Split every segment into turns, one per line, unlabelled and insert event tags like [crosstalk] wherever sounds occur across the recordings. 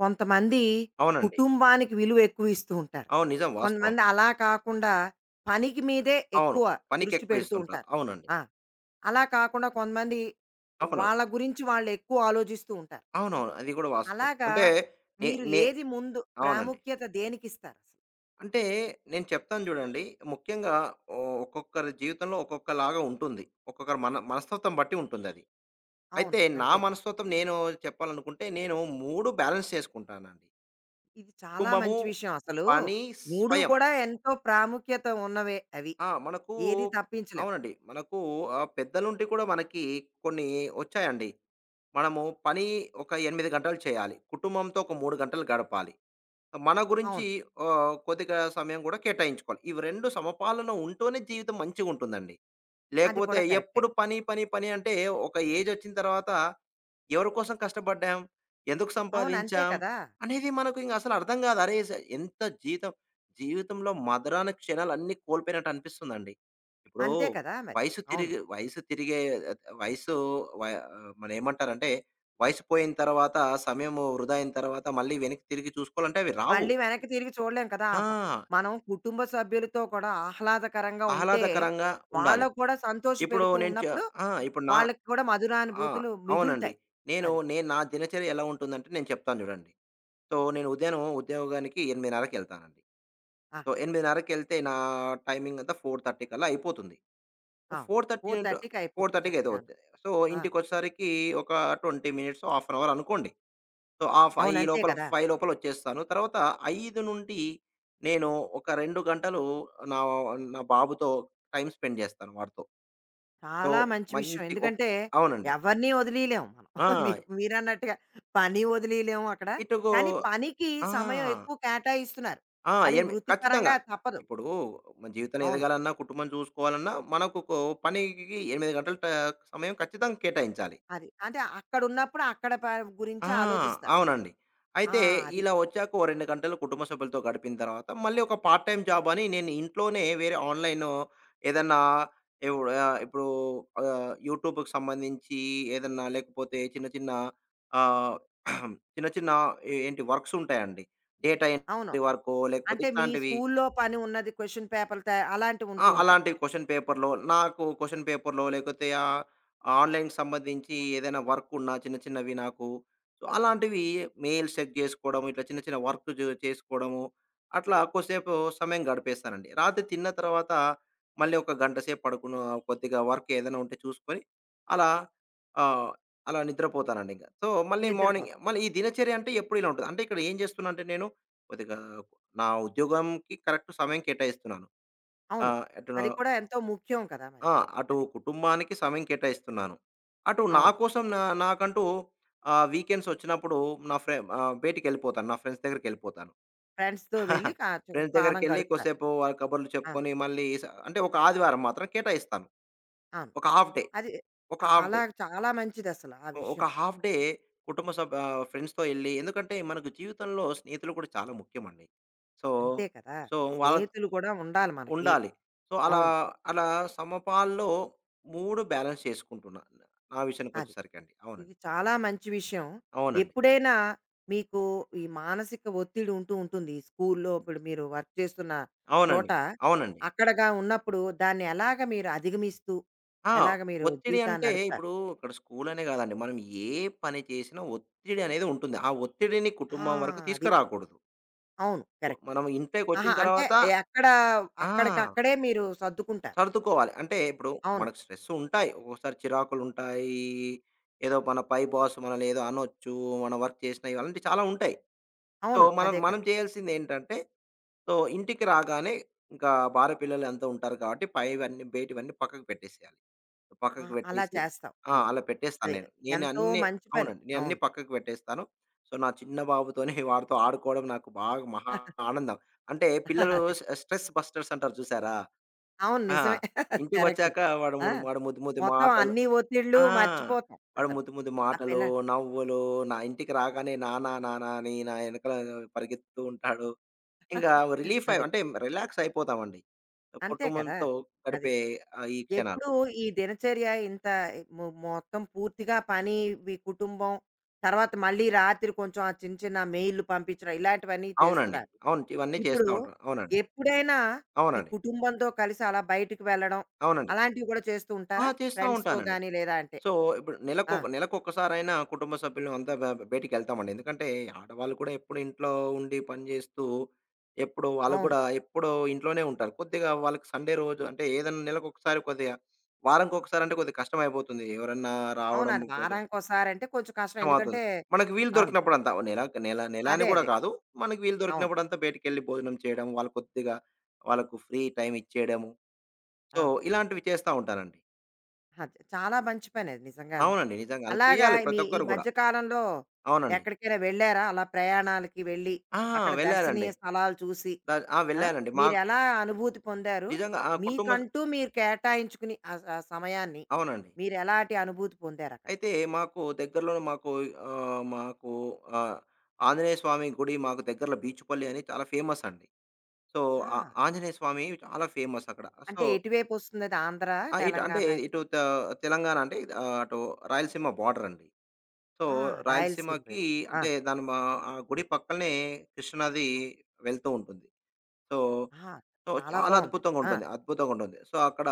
కొంతమంది
అవునండి.
కుటుంబానికి విలువ ఎక్కువ ఇస్తూ ఉంటారు.
అవును. నిజం వాస్తవం.
కొంతమంది అలా కాకుండా పనికి మీదే
అవును.
ఎక్కువ దృష్టి
పనికెక్కువ
పెడుతూ
ఇస్తుంటారు.
ఉంటారు.
అవునండి.
ఆ! అలా కాకుండా కొంతమంది
అవును.
వాళ్ళ గురించి వాళ్ళు ఎక్కువ ఆలోచిస్తూ ఉంటారు.
అవునవును. అది కూడా వాస్తవం.
అలాగా
అంటే నే
మీరు
నే
ఏది ముందు
అవునండి.
ప్రాముఖ్యత దేనికిస్తారు?
అంటే నేను చెప్తాను చూడండి. ముఖ్యంగా ఒక్కొక్కరి జీవితంలో ఒక్కొక్కలాగా ఉంటుంది. ఒక్కొక్కరి మనస్తత్వం బట్టి ఉంటుందది. అయితే
అవును,
నా
అంతే కదా!
మనస్తత్వం నేను చెప్పాలనుకుంటే నేను 3 బ్యాలెన్స్ చేసుకుంటానండి.
ఇది చాలా
కుటుంబము,
మంచి విషయం అసలు.
పని,
3
స్వయం.
కూడా ఎంతో ప్రాముఖ్యత ఉన్నవే అవి.
ఆ! మనకు
ఏది తప్పించలేం.
అవునండి. మనకు పెద్దల నుండి కూడా మనకి కొన్ని వచ్చాయండి. మనము పని ఒక 8 గంటలు చేయాలి. కుటుంబంతో ఒక 3 గంటలు గడపాలి. మన గురించి
అవును,
కొద్దిగా సమయం కూడా కేటాయించుకోవాలి. ఇవి 2 సమపాలన ఉంటూనే జీవితం మంచిగుంటుందండి.
అది
లేకపోతే
కూడా కరెక్టే.
ఎప్పుడు పని, పని, పని అంటే ఒక ఏజొచ్చిన తర్వాత ఎవరి కోసం కష్టపడ్డాం? ఎందుకు
అవును, అంతే
సంపాదించాం?
కదా!
అనేది మనకు ఇంక అసలు అర్థం కాదు. అరే! స ఎంత జీతం జీవితంలో మధురాను క్షణాలన్నీ కోల్పోయినట్టు అనిపిస్తుందండి. ఇప్పుడు
అంతే కదా మరి. అవును.
వయసు తిరిగే ఆహ్, వయసు వ మనం ఏమంటారంటే వయసు పోయిన తర్వాత, సమయము వృధా అయిన తర్వాత మళ్ళీ వెనక్కి తిరిగి చూసుకోవాలంటే అవి రావు.
మళ్ళీ వెనక్కి తిరిగి చూడలేం కదా! ఆ
ఆ!
ప మనం కుటుంబ సభ్యులతో కూడా ఆహ్లాదకరంగా ఉంటే,
ఆహ్లాదకరంగా ఉండాలి.
వాళ్ళకి కూడా
ఇప్పుడు
సంతోషపెడుతూ
నేను చ
ఉన్నప్పుడు,
ఆ! ఇప్పుడు నా
వాళ్ళకి కూడా
ఆ!
మధురానుభూతులు
అవునండి.
మిగులుతాయి.
నేను
అది.
నేను నా దినచర్య ఎలా ఉంటుందంటే నేను చెప్తాను చూడండి. సో, నేను ఉదయం ఉద్యోగానికి 8:30కెళ్తానండి.
ఆ!
సో,
అది.
8:30కెళ్తే నా టైమింగ్ అంతా 4:30 కల్లా అయిపోతుంది.
అవును.
4:30 టు
4:30కి అయిపోతుంది
4:30కి
చక్కగాను.
వచ్చే. సో,
ఆ!
ఇంటికొచ్చేసరికి ఒక 20 మినిట్స్, హాఫ్ అన్ అవర్ అనుకోండి. సో, ఆ ఫై
అవును,
ఈ
అంతే
లోపల
కదా!
5 లోపల వచ్చేస్తాను. తర్వాత 5 నుండి నేను ఒక 2 గంటలు నా నా బాబుతో టైమ్ స్పెండ్ చేస్తాను వాడితో. సో,
చాలా మంచి విషయం.
మంచి ఒక్
ఎందుకంటే,
అవునండి.
ఎవరిని వదిలీయలేం మనం.
ఆ!
[laughs] మీరు మీరన్నట్టుగా పని వదిలీయలేము అక్కడ.
ఇటుగో
కానీ పనికి
ఆ!
సమయం ఎక్కువ కేటాయిస్తున్నారు.
ఆ!
అది
ఎన్ ఖచ్చితంగా.
వృత్తిపరంగా తప్పదు.
ఇప్పుడు మన జీవితంలో
అవును,
ఎదగాలన్నా, కుటుంబం చూసుకోవాలన్నా మనకు కో పనికి 8 గంటల ట సమయం ఖచ్చితంగా కేటాయించాలి.
అది. అంటే అక్కడున్నప్పుడు అక్కడ ప
ఆ!
గురించి ఆలోచిస్తారు.
అవునండి.
ఆ!
అయితే
అది.
ఇలా వచ్చాక ఓ 2 గంటలు కుటుంబ సభ్యులతో గడిపిన తర్వాత మళ్ళీ ఒక పార్ట్ టైమ్ జాబ్ అని నేను ఇంట్లోనే వేరే ఆన్‌లైన్ ఏదన్నా ఎవ్ ఇప్పుడు యూట్యూబ్‌కి సంబంధించి ఏదన్నా లేకపోతే చిన్న చిన్న ఆహ్, చిన్న చిన్న ఏంటి వర్క్స్ ఉంటాయండి. డేటా
అవును.
ఎంట్రీ వర్కో లేకపోతే
అంటే మీ
ఇట్లాంటివి.
స్కూల్లో పని ఉన్నది క్వెషన్ పేపర్‌లు త అలాంటివి
ఆ!
ఉంటూ ఉంటాయి.
అలాంటి క్వెషన్ పేపర్‌లో, నాకు క్వెషన్ పేపర్‌లో లేకపోతే ఆన్‌లైన్‌కి సంబంధించి ఏదైనా వర్క్ ఉన్నా చిన్న చిన్నవి నాకు. సో, అలాంటివి మెయిల్స్ చెక్ చేసుకోవడం, ఇట్లా చిన్న చిన్న వర్క్ జు చేసుకోవడము, అట్లా కొద్దిసేపు సమయం గడిపేస్తానండి. రాత్రి తిన్న తర్వాత మళ్ళీ ఒక గంట సేపు పడుకును కొద్దిగా వర్క్ ఏదైనా ఉంటే చూసుకొని అలా ఆహ్, అలా నిద్రపోతానండి ఇంక. సో,
నిద్రపోతు
మళ్ళీ ఈ దినచర్య అంటే ఎప్పుడు ఇలా ఉంటది. అంటే ఇక్కడ ఏం చేస్తున్నా అంటే నేను కొద్దిగా నా ఉద్యోగంకి కరెక్ట్ సమయం కేటాయిస్తున్నాను.
అవును,
ఆహ్, ఎటు
అది కూడా ఎంతో ముఖ్యం కదా మరి.
ఆ! అటు
అది.
కుటుంబానికి సమయం కేటాయిస్తున్నాను. అటు నా
అవును.
కోసం నాకంటూ వీకెండ్స్ వచ్చినప్పుడు నా ఫ్రె బయటికెళ్ళిపోతాను. నా ఫ్రెండ్స్ దగ్గరికెళ్ళిపోతాను.
ఫ్రెండ్స్‌తో వెళ్ళి
[laughs]
కా
ఫ్రెండ్స్
కాలం
దగ్గరికెళ్ళి
గడుపుతారు.
కొద్దిసేపు వాళ్ళ కబుర్లు
ఆ!
చెప్పుకొని మళ్ళీ స అంటే ఒక ఆదివారం మాత్రం కేటాయిస్తాను.
అవును.
ఒక హాఫ్ డే,
అది
ఒక
అ
హాఫ్ డే,
అలా చాలా మంచిదసల ఆ
ఒక
విషయం.
హాఫ్ డే కుటుంబ సభ్య ఫ్రెండ్స్‌తో ఎళ్లి ఎందుకంటే మనకు జీవితంలో స్నేహితులు కూడా చాలా ముఖ్యమండి. సో,
అంతే కదా!
సో వాళ్ళ
స్నేహితులు కూడా ఉండాలి మనకి.
ఉండాలి. సో, అలా,
అవును,
అలా సమపాల్లో 3 బ్యాలెన్స్ చేసుకుంటున్నా. నా
అది.
విషయానికొచ్చేసరికండి. అవునండి.
ఇది చాలా మంచి విషయం.
అవునండి.
ఎప్పుడైనా మీకు ఈ మానసిక ఒత్తిడి ఉంటూ ఉంటుంది. ఈ స్కూల్లో ఇప్పుడు మీరు వర్క్ చేస్తున్న
అవునండి.
చోట,
అవునండి.
అక్కడగా ఉన్నప్పుడు దాన్ని ఎలాగ మీరు అధిగమిస్తూ,
ఆ!
ఎలాగ మీరు
ఒత్తిడి
జీవితాన్ని
అంటే
నడుపుతారు?
ఇప్పుడు ఇక్కడ స్కూలనే కాదండి. మనం ఏ పని చేసినా ఒత్తిడి అనేది ఉంటుంది. ఆ ఒత్తిడిని
ఆ!
కుటుంబం వరకు
అది.
తీసుకురాకూడదు.
అవును,
ఒ-
కరెక్ట్.
మనం ఇంటికొచ్చిన
ఆహా! అంటే
తర్వాత
ఎక్కడ
ఆ!
అక్కడికక్కడే మీరు సర్దుకుంటారు.
సర్దుకోవాలి. అంటే ఇప్పుడు
అవును.
మనకు స్ట్రెస్ ఉంటాయి. ఒక్కోసారి చిరాకులుంటాయి. ఏదో మన పై బాస్ మనల్ని ఏదో అనొచ్చు. మనం వర్క్ చేసినవి అలాంటివి చాలా ఉంటాయి. సో,
అవును,
మనం
అదే
మనం
కదా!
చేయాల్సిందేంటంటే, సో, ఇంటికి రాగానే ఇంకా భార్య పిల్లలంతా ఉంటారు కాబట్టి పైవన్నీ బయటివన్నీ పక్కకు పెట్టేసేయాలి. పక్కకు
అలా
పెట్టేసి
చేస్తావు
ఆ!
నువ్వు.
అలా పెట్టేస్తాను
అదే.
నేను. నేను
ఎంతో
అన్నీ
మంచి పని.
అవునండి. నేను అన్నీ
అవును.
పక్కకు పెట్టేస్తాను. సో, చిన్న బాబుతోని [laughs] వాడితో ఆడుకోవడం నాకు బాగా మహా
[laughs]
ఆనందం. అంటే పిల్లలు
అదే.
స్ స్ట్రెస్ బస్టర్స్ అంటారు చూసారా?
అవును,
ఆ!
నిజమే. [laughs] కరెక్ట్.
ఇంటికొచ్చాక వాడు
ఆ!
మూడు వాడు ముద్దు ముద్దు
మొత్తం
మాటలు
అన్ని ఒత్తిడులు
ఆ!
మర్చిపోతాం
వాడు
అసలు.
ముద్దు ముద్దు
ఆ
మాటలు,
పిల్ల
నవ్వులు, నా ఇంటికి రాగానే నాన్న, నాన్న అని నా వెనకాల పరిగెత్తుతూ ఉంటాడు. ఇంకా రిలీఫ్ అయి
అది.
అంటే రిలాక్స్ అయిపోతామండి.
అంతే కదా!
కుటుంబంతో
అది.
గడిపే ఈ క్షణాలు.
ఎప్పుడు ఈ దినచర్య ఇంత మొత్తం పూర్తిగా పని, వి కుటుంబం, తర్వాత మళ్ళీ రాత్రి కొంచెం ఆ చిన్న చిన్న మెయిల్‌లు పంపించడం ఇలాంటివన్నీ
అవునండి.
చేస్తున్నారు.
అవును. ఇవన్నీ చేస్తా
ఇప్పుడు
ఉంటాను. అవునండి.
ఎప్పుడైనా ఈ
అవునండి.
కుటుంబంతో కలిసి అలా బయటికి వెళ్ళడం,
అవునండి.
అలాంటివి కూడా చేస్తూ
ఆ!
ఉంటారా?
చేస్తా
ఫ్రెండ్స్‌తో
ఉంటానండి.
గాని లేదా అంటే?
సో, ఇప్పుడు
ఆ!
నెలకొక్కసారైనా కుటుంబ సభ్యులం అంతా బ బయటికెళ్తామండి. ఎందుకంటే, ఆడవాళ్ళు కూడా ఎప్పుడు ఇంట్లో ఉండి పని జేస్తూ, ఎప్పుడు వాళ్ళు
అవును.
కూడా ఎప్పుడూ ఇంట్లోనే ఉంటారు. కొద్దిగా వాళ్ళకి సండే రోజు అంటే ఏదన్నా నెలకొకసారి కొద్దిగా వారంకొకసారి అంటే కొద్దిగా కష్టమైపోతుంది. ఎవరన్నా
అవును,
రావడం
అది
భోజనం
వారానికోసారంటే కొంచెం కష్టం.
కష్టమవుతుంది.
ఎందుకంటే
మనకు వీలు
అవును.
దొరికినప్పుడంతా నెల అని
అదే.
గూడా
అదే.
కాదు. మనకు వీలు
అవును.
దొరికినప్పుడంతా బయటికెళ్ళి భోజనం చేయడం, వాళ్ళు కొద్దిగా వాళ్ళకు ఫ్రీ టైమ్ ఇచ్చేయడము. సో,
అవును.
ఇలాంటివి చేస్తా ఉంటానండి.
అహ! చాలా మంచి పనది నిజంగాను.
అవునండి. నిజంగా అలా
అలాగా
చేయాలి
మీ
ప్రతి
ఈ
ఒక్కరు గూడా.
మధ్య కాలంలో
అవునండి.
ఎక్కడికైనా వెళ్లారా? అలా ప్రయాణాలకి వెళ్ళి,
ఆ!
అక్కడ
వెళ్ళారండి.
దర్శనీయ స్థలాలు చూసి
ద ఆ!
ఆ!
వెళ్ళానండి. మాకు
మీరెలా అనుభూతి పొందారు?
నిజంగా ఆ! కుటుంబ
మీకంటూ మీరు కేటాయించుకుని ఆ స సమయాన్ని
అవునండి.
మీరెలాంటి అనుభూతి పొందారక్కడ?
అయితే మాకు దగ్గరలోనే మాకు ఆహ్, మాకు ఆహ్, ఆంజనేయ స్వామి గుడి మాకు దగ్గరలో బీచుపల్లి అని చాలా ఫేమస్ అండి. సో, ఆ
ఆ!
ఆంజనేయ స్వామి చాలా ఫేమస్ అక్కడ. సో,
అంటే ఎటువైపొస్తుందది? ఆంధ్ర,
ఆ! ఇటు అంటే
తెలంగాణ?
ఇటు త తెలంగాణ అంటే అటు రాయలసీమ బార్డర్ అండి. సో,
ఆ! రాయలసీమ
రాయలసీమకి
వైపు. ఆ!
అంటే దాని మా ఆ గుడి పక్కలనే కృష్ణానది వెళ్తూ ఉంటుంది. సో,
ఆ!
సో
చాలా
చాలా
బావుందది.
అద్భుతంగా
ఆ!
ఉంటుంది. అద్భుతంగా ఉంటుంది. సో, అక్కడ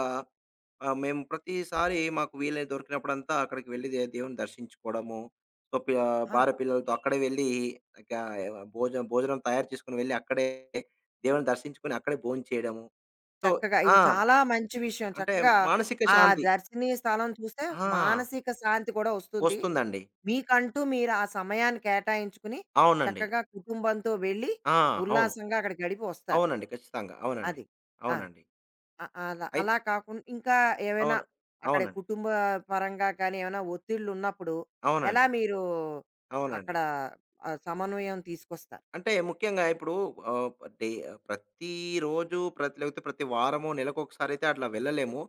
ఆ! మేము ప్రతిసారి మాకు వీలు దొరికినప్పుడంతా అక్కడికి వెళ్లి దే దేవుడిని దర్శించుకోవడము. సో, పి
ఆ!
భార్య పిల్లలతో అక్కడే వెళ్లి గా భోజనం భోజనం తయారు చేసుకొని వెళ్లి అక్కడే దేవుడిని దర్శించుకొని అక్కడే భోంచేయడము. సో
చక్కగా
ఆ!
ఇది చాలా మంచి విషయం.
అంటే
చక్కగా
మానసిక
ఆ
శాంతి.
దర్శనీయ స్థలం చూస్తే
ఆ!
మానసిక శాంతి కూడా వస్తుంది.
వస్తుందండి.
మీకంటూ మీరు ఆ సమయాన్ని కేటాయించుకుని
అవునండి.
చక్కగా కుటుంబంతో వెళ్ళి
ఆ! అవును.
ఉల్లాసంగా అక్కడ గడిపి వస్తారు.
అవునండి. ఖచ్చితంగా. అవునండి.
అది. ఆ!
అవునండి.
అ అలా
అయి
అలా కాకుండా ఇంకా ఏవైనా
అవును.
అక్కడ
అవునండి.
కుటుంబ పరంగా కానీ ఏమైనా ఒత్తిళ్ళున్నప్పుడు ఎలా
అవునండి.
మీరు
అవునండి.
అక్కడ సమన్వయం తీసుకొస్తారు?
అంటే ముఖ్యంగా ఇప్పుడు ఆహ్, డే ప్రతిరోజు ప్రతి లేకపోతే ప్రతి వారమో, నెలకొకసారి అయితే అట్లా వెళ్ళలేము.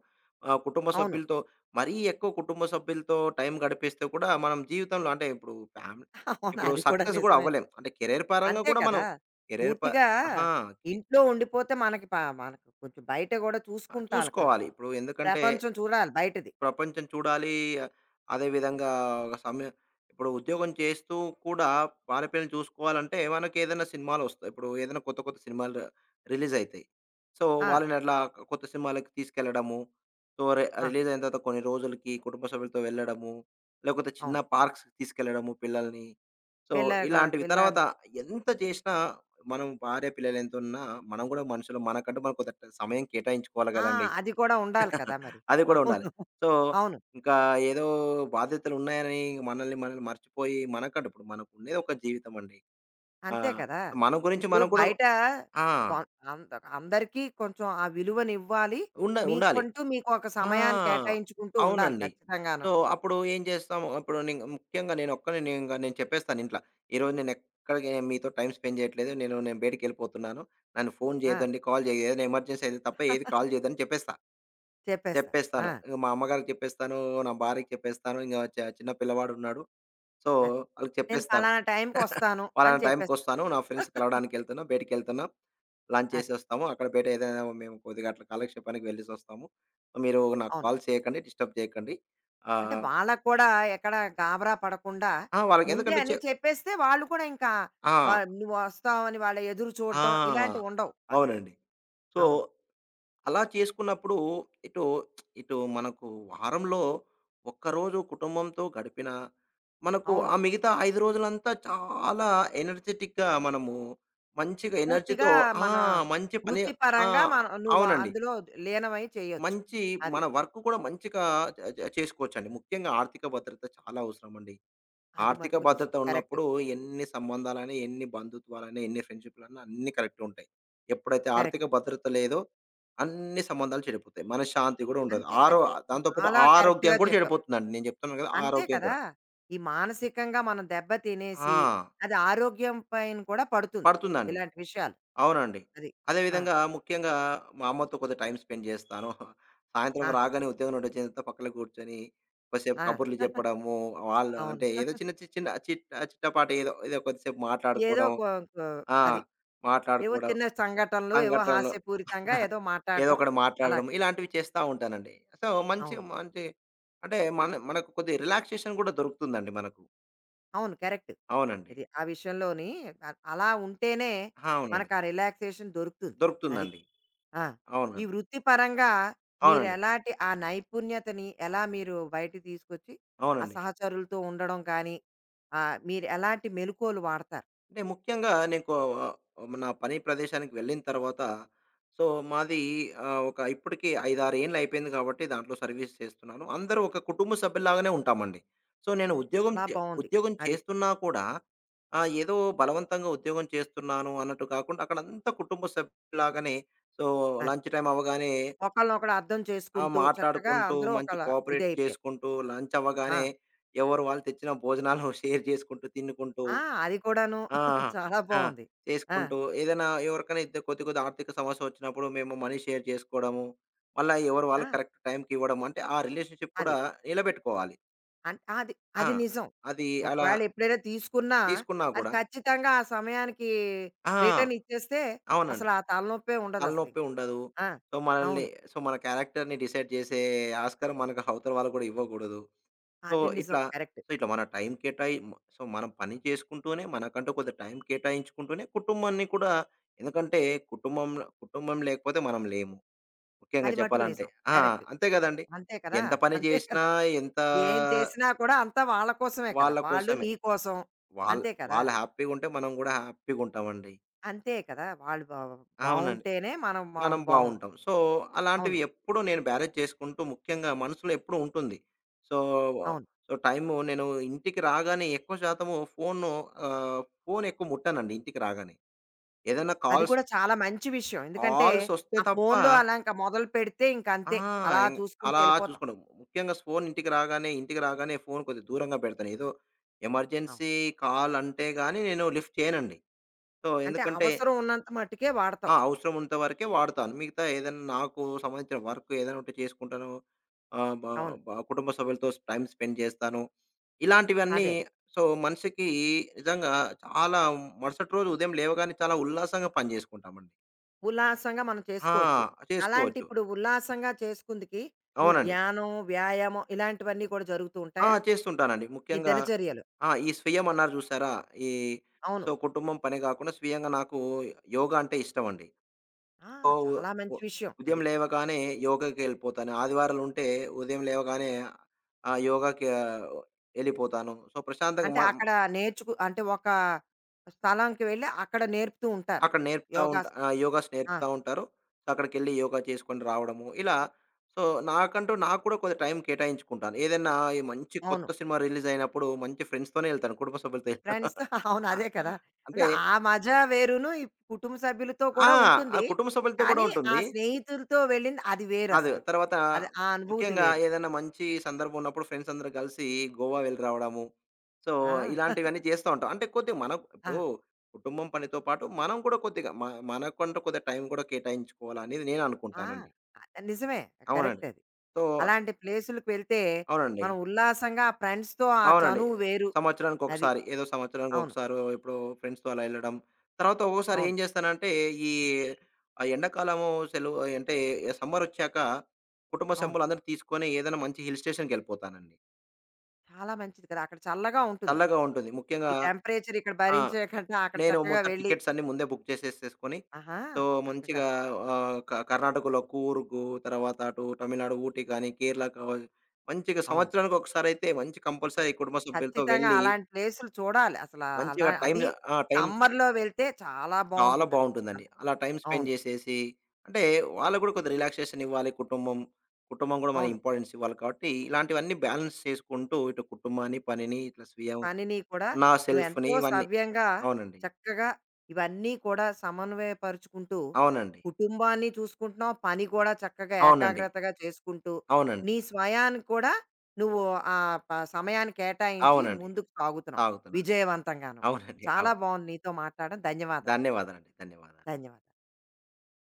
ఆహ్, కుటుంబ
అవును.
సభ్యులతో మరీ ఎక్కువ కుటుంబ సభ్యులతో టైం గడిపేస్తే కూడా మనం జీవితంలో అంటే ఇప్పుడు ఫ్యామిలీ
[laughs] అవును,
ఇప్పుడు
అది కూడా
సక్సెస్ కూడా
నిజమే.
అవ్వలేం. అంటే కెరియర్ పరంగా
అంతే
కూడా మనం
కదా!
కెరియర్ ప
పూర్తిగా
అహా!
ఇంట్లో ఉండిపోతే మనకి ప మనకు కొంచెం బయట గూడా చూసుకుంటాలి క
చూసుకోవాలి. ఇప్పుడు ఎందుకంటే
ప్రపంచం చూడాలి బయటది.
ప్రపంచం చూడాలి. అదేవిధంగా ఒక సమయం ఇప్పుడు ఉద్యోగం చేస్తూ కూడా భార్య పిల్లల్ని చూసుకోవాలంటే మనకేదైనా సినిమాలొస్తాయి. ఇప్పుడు ఏదైనా కొత్త కొత్త సినిమాలు రిలీజయితాయి. సో,
ఆ!
వాళ్ళని అట్లా కొత్త సినిమాలకి తీసుకెళ్లడము. సో, రి
ఆ!
రిలీజయిన తర్వాత కొన్ని రోజులకి కుటుంబ సభ్యులతో వెళ్ళడము. లేకపోతే చిన్న
అవును.
పార్క్స్‌కి తీసుకెళ్లడము పిల్లల్ని. సో,
పిల్ల గూడ
ఇలాంటివి.
పిల్ల
తర్వాత
అన్-
ఎంత చేసినా మనం భార్య పిల్లలెంతున్నా మనం గూడా మనుషులం. మనకంటూ మనం కొంత సమయం కేటాయించుకోవాలి
ఆ!
గదండీ!
అది కూడా ఉండాలి కదా మరి.
అది కూడా ఉండాలి.
అవును.
సో,
అవును,
ఇంకా ఏదో బాధ్యతలున్నాయని మనల్ని మనం మర్చిపోయి మనకంటే ఇప్పుడు మనకుండేది ఒక జీవితం అండి. ఆ!
అంతే కదా!
మన గురించి
ఇప్పుడు
మనం కూడా
బయట
ఆ!
కొ అంద అందరికీ కొంచెం ఆ విలువనివ్వాలి.
ఉండాలి.
మీకంటూ మీకు ఒక
ఆ!
సమయాన్ని కేటాయించుకుంటూ ఉండాలి
అవునండి.
ఖచ్చితంగాను.
సో, అప్పుడు ఏం చేస్తాము అప్పుడు నేను ముఖ్యంగా నేనొక్కడినే నేనింక నేను చెప్పేస్తాను ఇంట్ల. ఈరోజు నేనెక్కడికి మీతో టైమ్ స్పెండ్ చేయట్లేదు. నేను నేను బయటికెళ్ళిపోతున్నాను. నన్ను ఫోను
ఆ!
చేయొద్దండి, కాల్ చేయొద్దు. ఏదైనా ఎమర్జెన్సీ అయితే తప్ప ఏది కాల్ చేయొద్దని చెప్పేస్తా.
చెప్పేస్తారు.
చెప్పేస్తాను.
ఆ!
ఇగ మా అమ్మగారికి చెప్పేస్తాను. నా భార్యకి చెప్పేస్తాను. ఇంగ చ చిన్న పిల్లవాడున్నాడు. సో,
అది.
ఆళ్ళకి
నేను
చెప్పేస్తాను.
పలానా
[laughs]
టైంకొస్తాను అని
పలానా
చెప్పేస్తా.
టైంకొస్తాను. నా ఫ్రెండ్స్
[laughs]
కలవడానికెళ్తున్నా. బయటికెళ్తున్నా. లంచ్
అది.
చేసొస్తాము. అక్కడ బయట ఏదైనా మేము కొద్దిగా అట్లా కాలక్షేపానికి వెళ్ళేసొస్తాము. మీరు నాకు
అవును.
కాల్ చేయకండి. డిస్టర్బ్ చేయకండి.
అంటే
ఆహ్,
వాళ్ళకి కూడా ఎక్కడ గాబరా పడకుండా
ఆ! వాళ్ళకి
ముందే
ఎందుకంటే చె
అన్నీ చెప్పేస్తే వాళ్ళు కూడా ఇంకా
ఆ!
వా నువ్వు వస్తావని వాళ్ళ ఎదురు చూడడం ఇలాంటివి
ఆ!
ఉండవు అక్కడ.
అవునండి. సో
అవును.
అలా చేసుకున్నప్పుడు ఇటు ఇటు మనకు వారంలో ఒక్కరోజు కుటుంబంతో గడిపినా, మనకు
అవును.
ఆ మిగతా 5 రోజులంతా చాలా ఎనర్జిటిక్‌గా మనము మంచిగా
పూర్తిగా
ఎనర్జీతో ఆ!
మన
మంచి పని ఆ!
వృత్తిపరంగా మనం నువ్వు
అవునండి.
అందులో లీనమై చేయొచ్చు.
మంచి
అది.
మన వర్క్ కూడా మంచిగా చ చ చేసుకోవచ్చండి. ముఖ్యంగా ఆర్థిక భద్రత చాలా అవసరమండి.
అది
ఆర్థిక
మట్టుకు నిజం.
భద్రత
కరెక్ట్.
ఉన్నప్పుడు ఎన్ని సంబంధాలని, ఎన్ని బంధుత్వాలని, ఎన్ని ఫ్రెండ్‌షిప్‌లన్నా అన్నీ కరెక్ట్‌గా ఉంటాయి. ఎప్పుడైతే ఆర్థిక
కరెక్ట్.
భద్రత లేదో అన్ని సంబంధాలు చెడిపోతాయి. మనశ్శాంతి గూడా ఉండదు.
అంతే
ఆరో
అది.
దాంతో పాటు
చాలా
ఆరోగ్యం
కరెక్ట్‌గా
కూడా
చెప్పావు.
చెడిపోతుందండి. నేను చెప్తున్నాను కదా!
అంతే
ఆరోగ్యం
కదా!
కూడా.
ఈ మానసికంగా మనం దెబ్బ
ఆ!
తినేసి అది ఆరోగ్యం పైన కూడా పడుతుంది.
పడుతుందండి.
ఇలాంటి విషయాలు.
అవునండి.
అది. ఆ!
అదేవిధంగా ముఖ్యంగా మా అమ్మతో కొద్దిగా టైమ్ స్పెండ్ జేస్తాను. సాయంత్రం
ఆ!
రాగానే ఉద్యోగం నుండి వచ్చిన తర్వాత పక్కన కూర్చొని కొద్దిసేపు
ఆ!
కబుర్లు చెప్పడము, వాళ్ళు
అవును.
అంటే ఏదో చిన్న చిట్ చిట్టపాటి ఏదో ఏదో కొద్దిసేపు
ఏదో
మాట్లాడుకోవడం.
ఒక ఒక
ఆ!
అది. ఏవో
మాట్లాడుకోవడం.
చిన్న సంఘటనలు, ఏవో
సంఘటనలు
హాస్యపూరితంగా ఏదో
ఏదో
మాట్లాడడం
ఒకటి
అలాగ.
మాట్లాడడం. ఇలాంటివి చేస్తా ఉంటానండి. సో, మంచి
అవును.
మంచి అంటే మనకు కొద్దిగా రిలాక్సేషన్ కూడా దొరుకుతుందండి మనకు.
అవును, కరెక్ట్.
అవునండి.
ఇది ఆ విషయంలోని అ అలా ఉంటేనే
అవునండి.
మనకు ఆ రిలాక్సేషన్ దొరుకుతుంది. అది.
దొరుకుతుందండి.
ఆ! ఈ
అవునండి.
వృత్తిపరంగా
అవునండి.
మీరెలాంటి ఆ నైపుణ్యతని ఎలా మీరు బయటకి తీసుకొచ్చి, ఆ
అవునండి.
సహచరులతో ఉండడం కానీ, మీరు ఎలాంటి మెలుకువలు వాడతారు?
అంటే ముఖ్యంగా నేను కో నా పని ప్రదేశానికి వెళ్ళిన తర్వాత సో మాది ఒక ఇప్పటికి 5, 6 ఏండ్లు అయిపోయింది కాబట్టి దాంట్లో సర్వీస్ చేస్తున్నాను. అందరూ ఒక కుటుంబ సభ్యుల్లాగానే ఉంటామండి. సో నేను
అది
ఉద్యోగం
చాలా
చే
బావుంది.
ఉద్యోగం
అది.
చేస్తున్నా కూడా ఏదో బలవంతంగా ఉద్యోగం చేస్తున్నాను అన్నట్టు కాకుండా అక్కడంతా కుటుంబ సభ్యులాగానే సో
అది.
లంచ్ టైమ్ అవ్వగానే
ఒకళ్ళనొకడు అర్థం చేసుకుంటూ చక్కగా
మాట్లాడుకుంటూ
అందరూ
మంచి
ఒకల
కోఆపరేట్
ఇదయిపోయారు.
చేసుకుంటూ లంచ్
ఆ!
అవ్వగానే ఎవరు వాళ్ళు తెచ్చిన భోజనాలు [laughs] షేర్ చేసుకుంటూ తినుకుంటూ
ఆ! అది కూడాను
ఆ!
[laughs] చాలా
ఆ!
బావుంది. ఆ!
చేసుకుంటూ ఏదైనా ఎవరికైనా ఇద్ద కొద్ది కొద్ది ఆర్థిక సమస్య వచ్చినప్పుడు మేము మనీ షేర్ చేసుకోవడము. మళ్ళా ఎవరు వాళ్ళు
ఆ!
కరెక్ట్ టైంకి ఇవ్వడం. అంటే ఆ రిలేషన్‌షిప్ కూడా
అది.
నిలబెట్టుకోవాలి.
అన్ అది
ఆ!
అది నిజం.
అది అలా
ఒకవేళ ఎప్పుడైనా తీసుకున్నా
తీసుకున్నా
అది
కూడా
ఖచ్చితంగా ఆ సమయానికి
ఆ!
రిటర్న్ ఇచ్చేస్తే
అవునండి.
అసలు ఆ తలనొప్పే
తలనొప్పి
ఉండదసలింక.
ఉండదు.
ఆ!
సో, మనల్ని
అవును.
సో, మన క్యారెక్టర్‌ని డిసైడ్ చేసే ఆస్కారం మనకు అవతల వాళ్ళు కూడా ఇవ్వకూడదు. సో,
అది నిజం.
ఇట్లా
కరెక్ట్.
సో, ఇట్లా మన టైం కేటాయి మ సో, మనం పని చేసుకుంటూనే మనకంటూ కొంత టైం కేటాయించుకుంటూనే కుటుంబాన్ని కూడా ఎందుకంటే కుటుంబంలో కుటుంబం లేకపోతే మనం లేము. ముఖ్యంగా
అది మట్టుకు
చెప్పాలంటే.
నిజం.
ఆ!
కరెక్ట్.
అంతే గదండీ.
అంతే కదా!
ఎంత పని
అంతే
జేసినా
కదా!
ఎంత
ఏం చేసినా కూడా అంతా వాళ్ళ కోసమే కదా!
వాళ్ళ
వాళ్ళు
కోసమే.
నీ కోసం.
వాళ్ళ
అంతే కదా!
వాళ్ళు హ్యాపీగుంటే మనం గూడా హ్యాపీగుంటామండి.
అంతే కదా! వాళ్ళు బా
అవునండి.
బావుంటేనే మనం మ
మనం
బావుంటాం.
బావుంటాం. సో, అలాంటివి
అవును.
ఎప్పుడూ నేను బ్యారేజ్ చేసుకుంటూ ముఖ్యంగా మనసులో ఎప్పుడూ ఉంటుంది. సో,
అవును,
సో, టైము నేను ఇంటికి రాగానే ఎక్కువ శాతము ఫోను ఫోను ఎక్కువ ముట్టనండి ఇంటికి రాగానే. ఏదైనా
అది
కాల్స్,
కూడా చాలా మంచి విషయం. ఎందుకంటే,
కాల్సొస్తే
ఆ
తప్ప
ఫోన్‌లో అలా ఇంక మొదలు పెడితే
ఆ!
ఇంకంతే. అలా
ఇం
చూసుకుంటూ
అలా
ఎళ్ళిపోతాం.
చూసుకోను. ముఖ్యంగా ఇంటికి రాగానే ఫోను కొద్దిగా దూరంగా పెడతాను. ఏదో
అవును.
ఎమర్జెన్సీ కాల్ అంటే గాని నేను లిఫ్ట్ చేయనండి. సో,
అంటే
ఎందుకంటే
అవసరం ఉన్నంత మట్టుకే
ఆ!
వాడతావు.
అవసరమున్నంత వరకే వాడతాను. మిగతా ఏదైనా నాకు సంబంధించిన వర్క్ ఏదైనా ఉంటే చేసుకుంటాను. ఆహ్, బ
అవును.
బ కుటుంబ సభ్యులతో టైమ్ స్పెండ్ చేస్తాను. ఇలాంటివన్నీ
అదే.
సో, మనిషికి నిజంగా చాలా మరుసటి రోజు ఉదయం లేవగానే చాలా ఉల్లాసంగా పని చేసుకుంటామండి.
ఉల్లాసంగా మనం
ఆ!
చేసుకోవచ్చు. అలాంటి
చేసుకోవచ్చు.
ఇప్పుడు ఉల్లాసంగా చేసుకుందుకి నువ్వు
అవునండి.
ధ్యానం, వ్యాయామం ఇలాంటివన్నీ కూడా జరుగుతూ
ఆ!
ఉంటాయా?
చేస్తుంటానండి.
ఈ
ముఖ్యంగా
దినచర్యలు.
ఆ! ఈ స్వీయం అన్నారు చూసారా? ఈ
అవును.
సో, కుటుంబం పని కాకుండా స్వీయంగా నాకు యోగా అంటే ఇష్టమండి.
ఆ!
ఓ
చాలా
ఉ
మంచి విషయం
ఉదయం
అది.
లేవగానే యోగాకెళ్ళిపోతాను. ఆదివారాలుంటే ఉదయం లేవగానే ఆ! యోగాకి ఎళ్ళిపోతాను. సో, ప్రశాంతంగా
అంటే
మ
అక్కడ నేర్చుకు అంటే ఒక స్థలంకి వెళ్ళి అక్కడ నేర్పుతూ ఉంటారు.
అక్కడ నేర్పుతా ఉంటా
యోగాసనం.
ఆ! యోగాస్
ఆ!
నేర్పుతా ఉంటారు. సో, అక్కడికెళ్ళి యోగా చేసుకొని రావడము. ఇలా సో, నాకంటూ నాకు కూడా కొంత టైం కేటాయించుకుంటాను. ఏదైనా ఈ మంచి కొత్త
అవును.
సినిమా రిలీజ్ అయినప్పుడు మంచి ఫ్రెండ్స్‌తోనే ఎళ్తాను. కుటుంబ సభ్యులతో ఎళ్ళను.
ఫ్రెండ్స్ [laughs] అవును, అదే కదా!
[laughs] అంటే
అంటే ఆ మజా వేరును, ఈ కుటుంబ సభ్యులతో
ఆ!
కూడా
ఆ
ఉంటుంది.
కుటుంబ సభ్యులతో కూడా
కానీ ఆ
ఉంటుంది.
స్నేహితులతో వెళ్ళింది అది
అదే.
వేరసలు.
తర్వాత
అది ఆ అనుభూతి
ముఖ్యంగా
వేరు.
ఏదైనా మంచి సందర్భం ఉన్నప్పుడు ఫ్రెండ్స్ అందరూ కలిసి గోవా వెళ్లి రావడము. సో,
ఆ!
ఇలాంటివన్నీ
[laughs]
చేస్తా ఉంటాం. అంటే కొద్దిగా మనం
ఆ!
ఇప్పుడు కుటుంబం పనితో పాటు మనం కూడా కొద్దిగా మ మనకంటూ కొద్దిగా టైం కూడా కేటాయించుకోవాలనేది నేను
ఆ!
అనుకుంటానండి.
అది నిజమే.
అవునండి.
కరెక్ట్ అది.
సో
అలాంటి ప్లేసులకు వెళ్తే
అవునండి.
మనం ఉల్లాసంగా ఆ ఫ్రెండ్స్‌తో ఆ
అవునండి.
చనువు వేరు. అది.
సంవత్సరానికొకసారి. ఏదో
అవును.
సంవత్సరానికొకసారో ఎప్పుడో ఫ్రెండ్స్‌తో అలా ఎళ్ళడం. తర్వాత ఒక్కోసారి ఏం
అవును.
చేస్తానంటే, ఈ ఆ ఎండాకాలము సెలవు అంటే సమ్మరొచ్చాక కుటుంబ
అవును.
సభ్యులందరిని తీసుకొని ఏదైనా మంచి హిల్ స్టేషన్‌కెళ్ళిపోతానండి.
చాలా మంచిది కదా! అక్కడ చల్లగా ఉంటుందది.
చల్లగా ఉంటుంది. ముఖ్యంగా
ఈ టెంపరేచర్ ఇక్కడ
ఆ!
భరించే కంటే అక్కడ
నేను
చక్కగా
మొత్తం
వెళ్ళి
టికెట్స్ అన్నీ ముందే బుక్ చేసేసేసుకొని,
ఆహా!
సో,
చక్కగా
మంచిగా క కర్ణాటకలో కూర్గు, తర్వాత అటు తమిళనాడు ఊటీ కానీ, కేరళ కావ మంచిగా
అవును.
సంవత్సరానికొకసారయితే మంచి కంపల్సరీ కుటుంబ సభ్యులతో
ఖచ్చితంగా
వెళ్ళి,
అలాంటి ప్లేసులు చూడాలి అసల. అలా
మంచిగా టైమ్
అది
ఆ! టైమ్
సమ్మర్‌లో వెళ్తే చాలా
చాలా
బావుంటుందక్కడ. అలా
బావుంటుందండి. అలా టైమ్ స్పెండ్
అవును.
జేసేసి అంటే వాళ్ళకి గూడా కొద్దిగా రిలాక్సేషన్ ఇవ్వాలి. కుటుంబం గూడా మనం
అవును.
ఇంపార్టెన్స్ ఇవ్వాలి కాబట్టి, ఇలాంటివన్నీ బ్యాలెన్స్ చేసుకుంటూ ఇటు కుటుంబాన్ని, పనిని ఇట్లా స్వీయ
పనిని కూడా
నా సెల్ఫ్‌ని
నువ్వెంతో
ఇవన్నీ.
సవ్యంగా,
అవునండి.
చక్కగా ఇవన్నీ కూడా సమన్వయపరుచుకుంటూ,
అవునండి.
కుటుంబాన్ని చూసుకుంటున్నావు, పని కూడా చక్కగా
అవునండి.
ఏకాగ్రతగా చేసుకుంటూ,
అవునండి.
నీ స్వయానికి కూడా నువ్వు ప సమయాన్ని కేటాయించి
అవునండి.
ముందుకు సాగుతున్నావు
తాగుతున్నాను.
విజయవంతంగాను.
అవునండి.
చాలా
అవును.
బావుంది నీతో మాట్లాడడం. ధన్యవాదాలు.
ధన్యవాదాలండి. ధన్యవాదాలు.
ధన్యవాదాలు.